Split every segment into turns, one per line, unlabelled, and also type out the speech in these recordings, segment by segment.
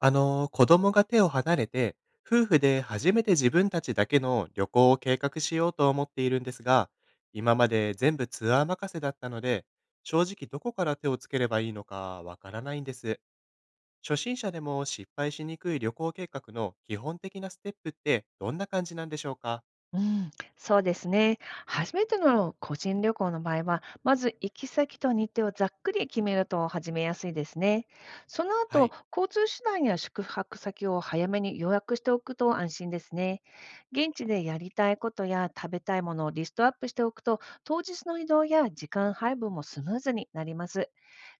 子供が手を離れて、夫婦で初めて自分たちだけの旅行を計画しようと思っているんですが、今まで全部ツアー任せだったので、正直どこから手をつければいいのかわからないんです。初心者でも失敗しにくい旅行計画の基本的なステップってどんな感じなんでしょうか？
うん、そうですね。初めての個人旅行の場合は、まず行き先と日程をざっくり決めると始めやすいですね。その
は
後、
い。
交通手段や宿泊先を早めに予約しておくと安心ですね。現地でやりたいことや食べたいものをリストアップしておくと、当日の移動や時間配分もスムーズになります。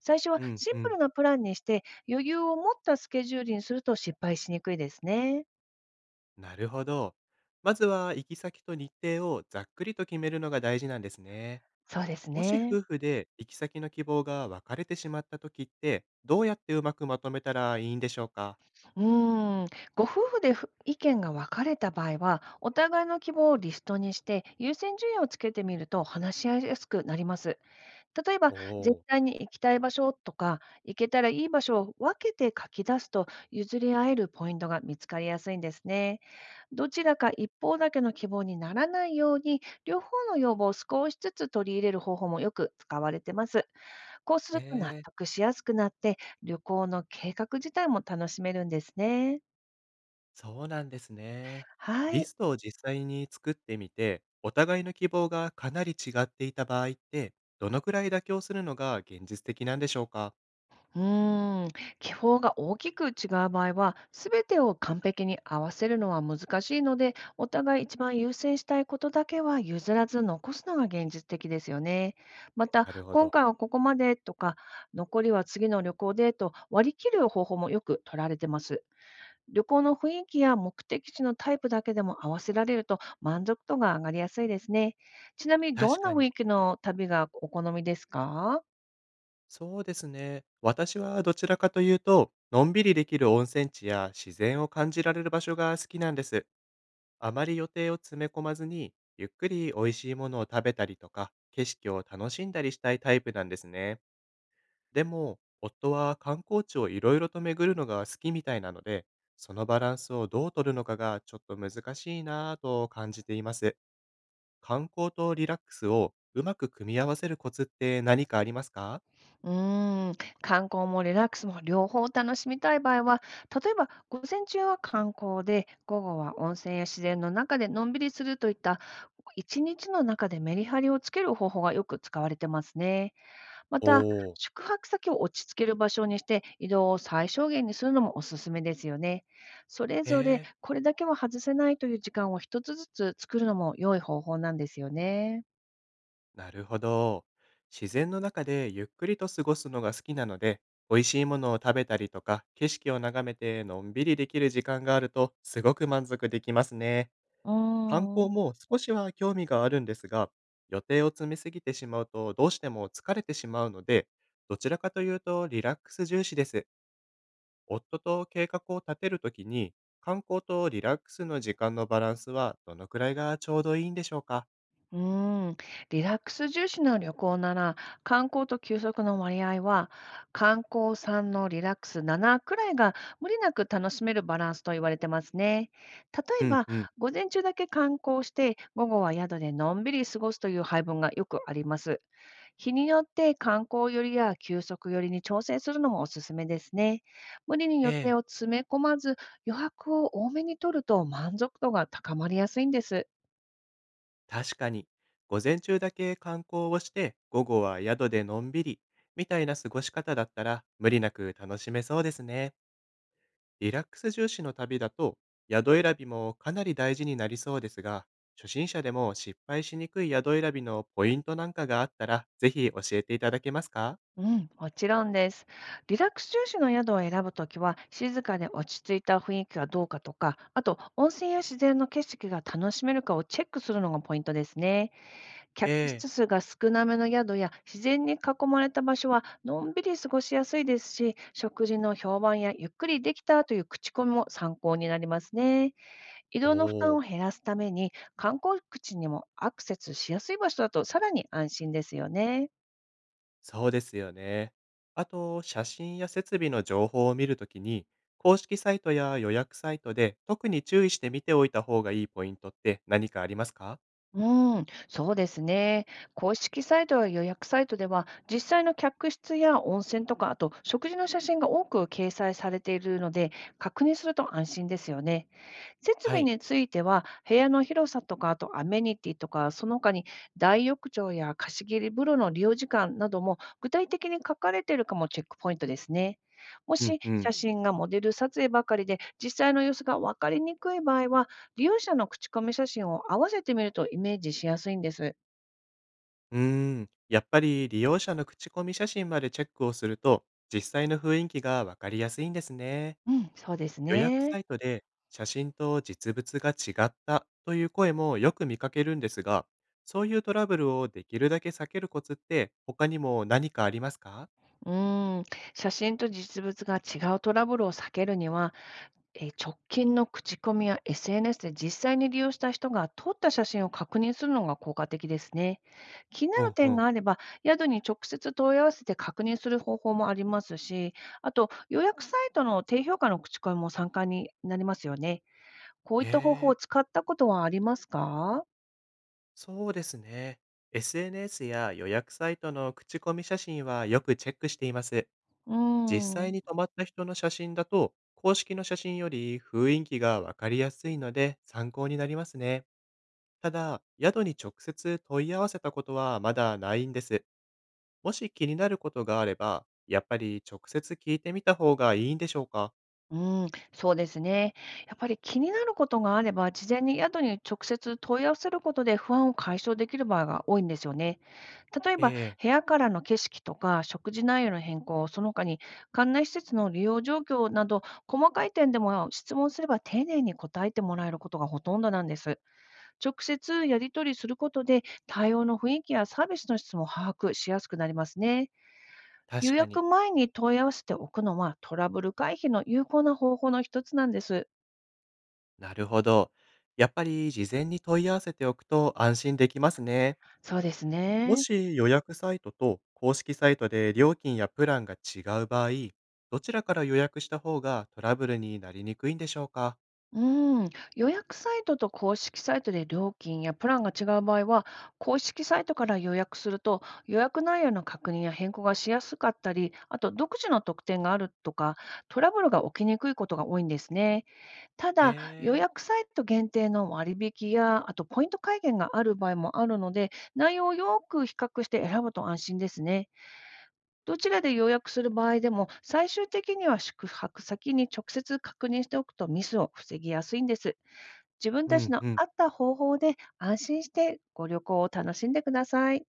最初は
うん、
シン
う
プ
ん。
ルなプランにして、余裕を持ったスケジュールにすると失敗しにくいですね。
なるほど。まずは行き先と日程をざっくりと決めるのが大事なんですね。
そうです
もし
ね。
夫婦で行き先の希望が分かれてしまった時って、どうやってうまくまとめたらいいんでしょうか？
うーん、ご夫婦で意見が分かれた場合は、お互いの希望をリストにして、優先順位をつけてみると話し合いやすくなります。例えば、
お
絶
おー、
対に行きたい場所とか、行けたらいい場所を分けて書き出すと、譲り合えるポイントが見つかりやすいんですね。どちらか一方だけの希望にならないように、両方の要望を少しずつ取り入れる方法もよく使われてます。こうす
へ
ると納
え、
得しやすくなって、旅行の計画自体も楽しめるんですね。
そうなんですね。
は
リ
い。
ストを実際に作ってみて、お互いの希望がかなり違っていた場合って、どのくらい妥協するのが現実的なんでしょうか？
うーん、気泡が大きく違う場合は、すべてを完璧に合わせるのは難しいので、お互い一番優先したいことだけは譲らず残すのが現実的ですよね。また、
なるほ
今
ど。
回はここまでとか、残りは次の旅行でと割り切る方法もよく取られてます。旅行の雰囲気や目的地のタイプだけでも合わせられると満足度が上がりやすいですね。ちなみにど
確
んな
か
雰
に。
囲気の旅がお好みですか？
そうですね。私はどちらかというと、のんびりできる温泉地や自然を感じられる場所が好きなんです。あまり予定を詰め込まずに、ゆっくり美味しいものを食べたりとか、景色を楽しんだりしたいタイプなんですね。でも、夫は観光地をいろいろと巡るのが好きみたいなので、そのバランスをどう取るのかがちょっと難しいなぁと感じています。観光とリラックスをうまく組み合わせるコツって何かありますか？
うーん、観光もリラックスも両方楽しみたい場合は、例えば午前中は観光で、午後は温泉や自然の中でのんびりするといった、一日の中でメリハリをつける方法がよく使われてますね。また、
おー。
宿泊先を落ち着ける場所にして、移動を最小限にするのもおすすめですよね。それぞれ、
へー。
これだけは外せないという時間を一つずつ作るのも良い方法なんですよね。
なるほど。自然の中でゆっくりと過ごすのが好きなので、美味しいものを食べたりとか、景色を眺めてのんびりできる時間があると、すごく満足できますね。
う
観
ー
光
ん。
も少しは興味があるんですが、予定を詰めすぎてしまうと、どうしても疲れてしまうので、どちらかというとリラックス重視です。夫と計画を立てるときに、観光とリラックスの時間のバランスはどのくらいがちょうどいいんでしょうか？
うーん、リラックス重視の旅行なら、観光と休息の割合は、観光3のリラックス7くらいが無理なく楽しめるバランスと言われてますね。例
う
え
ん
ば、
うん。
午前中だけ観光して、午後は宿でのんびり過ごすという配分がよくあります。日によって観光寄りや休息寄りに調整するのもおすすめですね。無理に
え
予定
え。
を詰め込まず、余白を多めに取ると満足度が高まりやすいんです。
確かに、午前中だけ観光をして、午後は宿でのんびり、みたいな過ごし方だったら、無理なく楽しめそうですね。リラックス重視の旅だと、宿選びもかなり大事になりそうですが、初心者でも失敗しにくい宿選びのポイントなんかがあったら、ぜひ教えていただけますか？
うん、もちろんです。リラックス重視の宿を選ぶときは、静かで落ち着いた雰囲気がどうかとか、あと温泉や自然の景色が楽しめるかをチェックするのがポイントですね。
え
客
え。
室数が少なめの宿や自然に囲まれた場所は、のんびり過ごしやすいですし、食事の評判やゆっくりできたという口コミも参考になりますね。移
お
動の負担
お
を
ー、
減らすために、観光口にもアクセスしやすい場所だとさらに安心ですよね。
そうですよね。あと、写真や設備の情報を見るときに、公式サイトや予約サイトで特に注意して見ておいた方がいいポイントって何かありますか？
うん、そうですね。公式サイトや予約サイトでは、実際の客室や温泉とか、あと食事の写真が多く掲載されているので、確認すると安心ですよね。設
は
備
い。
については、部屋の広さとか、あとアメニティとか、その他に大浴場や貸し切り風呂の利用時間なども具体的に書かれているかもチェックポイントですね。も
うん
し
う
写
ん。
真がモデル撮影ばかりで実際の様子が分かりにくい場合は、利用者の口コミ写真を合わせてみるとイメージしやすいんです。
うーん。やっぱり利用者の口コミ写真までチェックをすると、実際の雰囲気がわかりやすいんですね。
うん、そうです
予約サ
ね。
イトで写真と実物が違ったという声もよく見かけるんですが、そういうトラブルをできるだけ避けるコツって他にも何かありますか？
うん、写真と実物が違うトラブルを避けるには、直近の口コミや SNS で実際に利用した人が撮った写真を確認するのが効果的ですね。気にな
う
る
んう
点が
ん。
あれば、宿に直接問い合わせて確認する方法もありますし、あと予約サイトの低評価の口コミも参加になりますよね。こうい
へ
った方法を
え、
使ったことはありますか？
そうですね。SNS や予約サイトの口コミ写真はよくチェックしています。
う
実
ー
際
ん。
に泊まった人の写真だと、公式の写真より雰囲気がわかりやすいので参考になりますね。ただ、宿に直接問い合わせたことはまだないんです。もし気になることがあれば、やっぱり直接聞いてみた方がいいんでしょうか？
うん、そうですね。やっぱり気になることがあれば、事前に宿に直接問い合わせることで不安を解消できる場合が多いんですよね。例え
え
ば、
え、
部屋からの景色とか食事内容の変更、その他に館内施設の利用状況など、細かい点でも質問すれば丁寧に答えてもらえることがほとんどなんです。直接やり取りすることで、対応の雰囲気やサービスの質も把握しやすくなりますね。
確
予
かに、
約前に問い合わせておくのは、トラブル回避の有効な方法の一つなんです。
なるほど。やっぱり事前に問い合わせておくと安心できますね。
そうです
も
ね。
し予約サイトと公式サイトで料金やプランが違う場合、どちらから予約した方がトラブルになりにくいんでしょうか？
うん、予約サイトと公式サイトで料金やプランが違う場合は、公式サイトから予約すると、予約内容の確認や変更がしやすかったり、あと独自の特典があるとか、トラブルが起きにくいことが多いんですね。ただ、予
へえ、
約サイト限定の割引や、あとポイント還元がある場合もあるので、内容をよく比較して選ぶと安心ですね。どちらで予約する場合でも、最終的には宿泊先に直接確認しておくとミスを防ぎやすいんです。自分
う
たち
ん
の
うん。
合った方法で安心してご旅行を楽しんでください。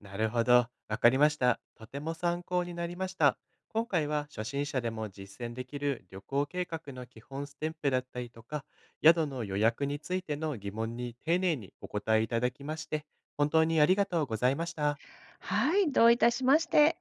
なるほど。わかりました。とても参考になりました。今回は初心者でも実践できる旅行計画の基本ステンプだったりとか、宿の予約についての疑問に丁寧にお答えいただきまして、本当にありがとうございました。
はい、どういたしまして。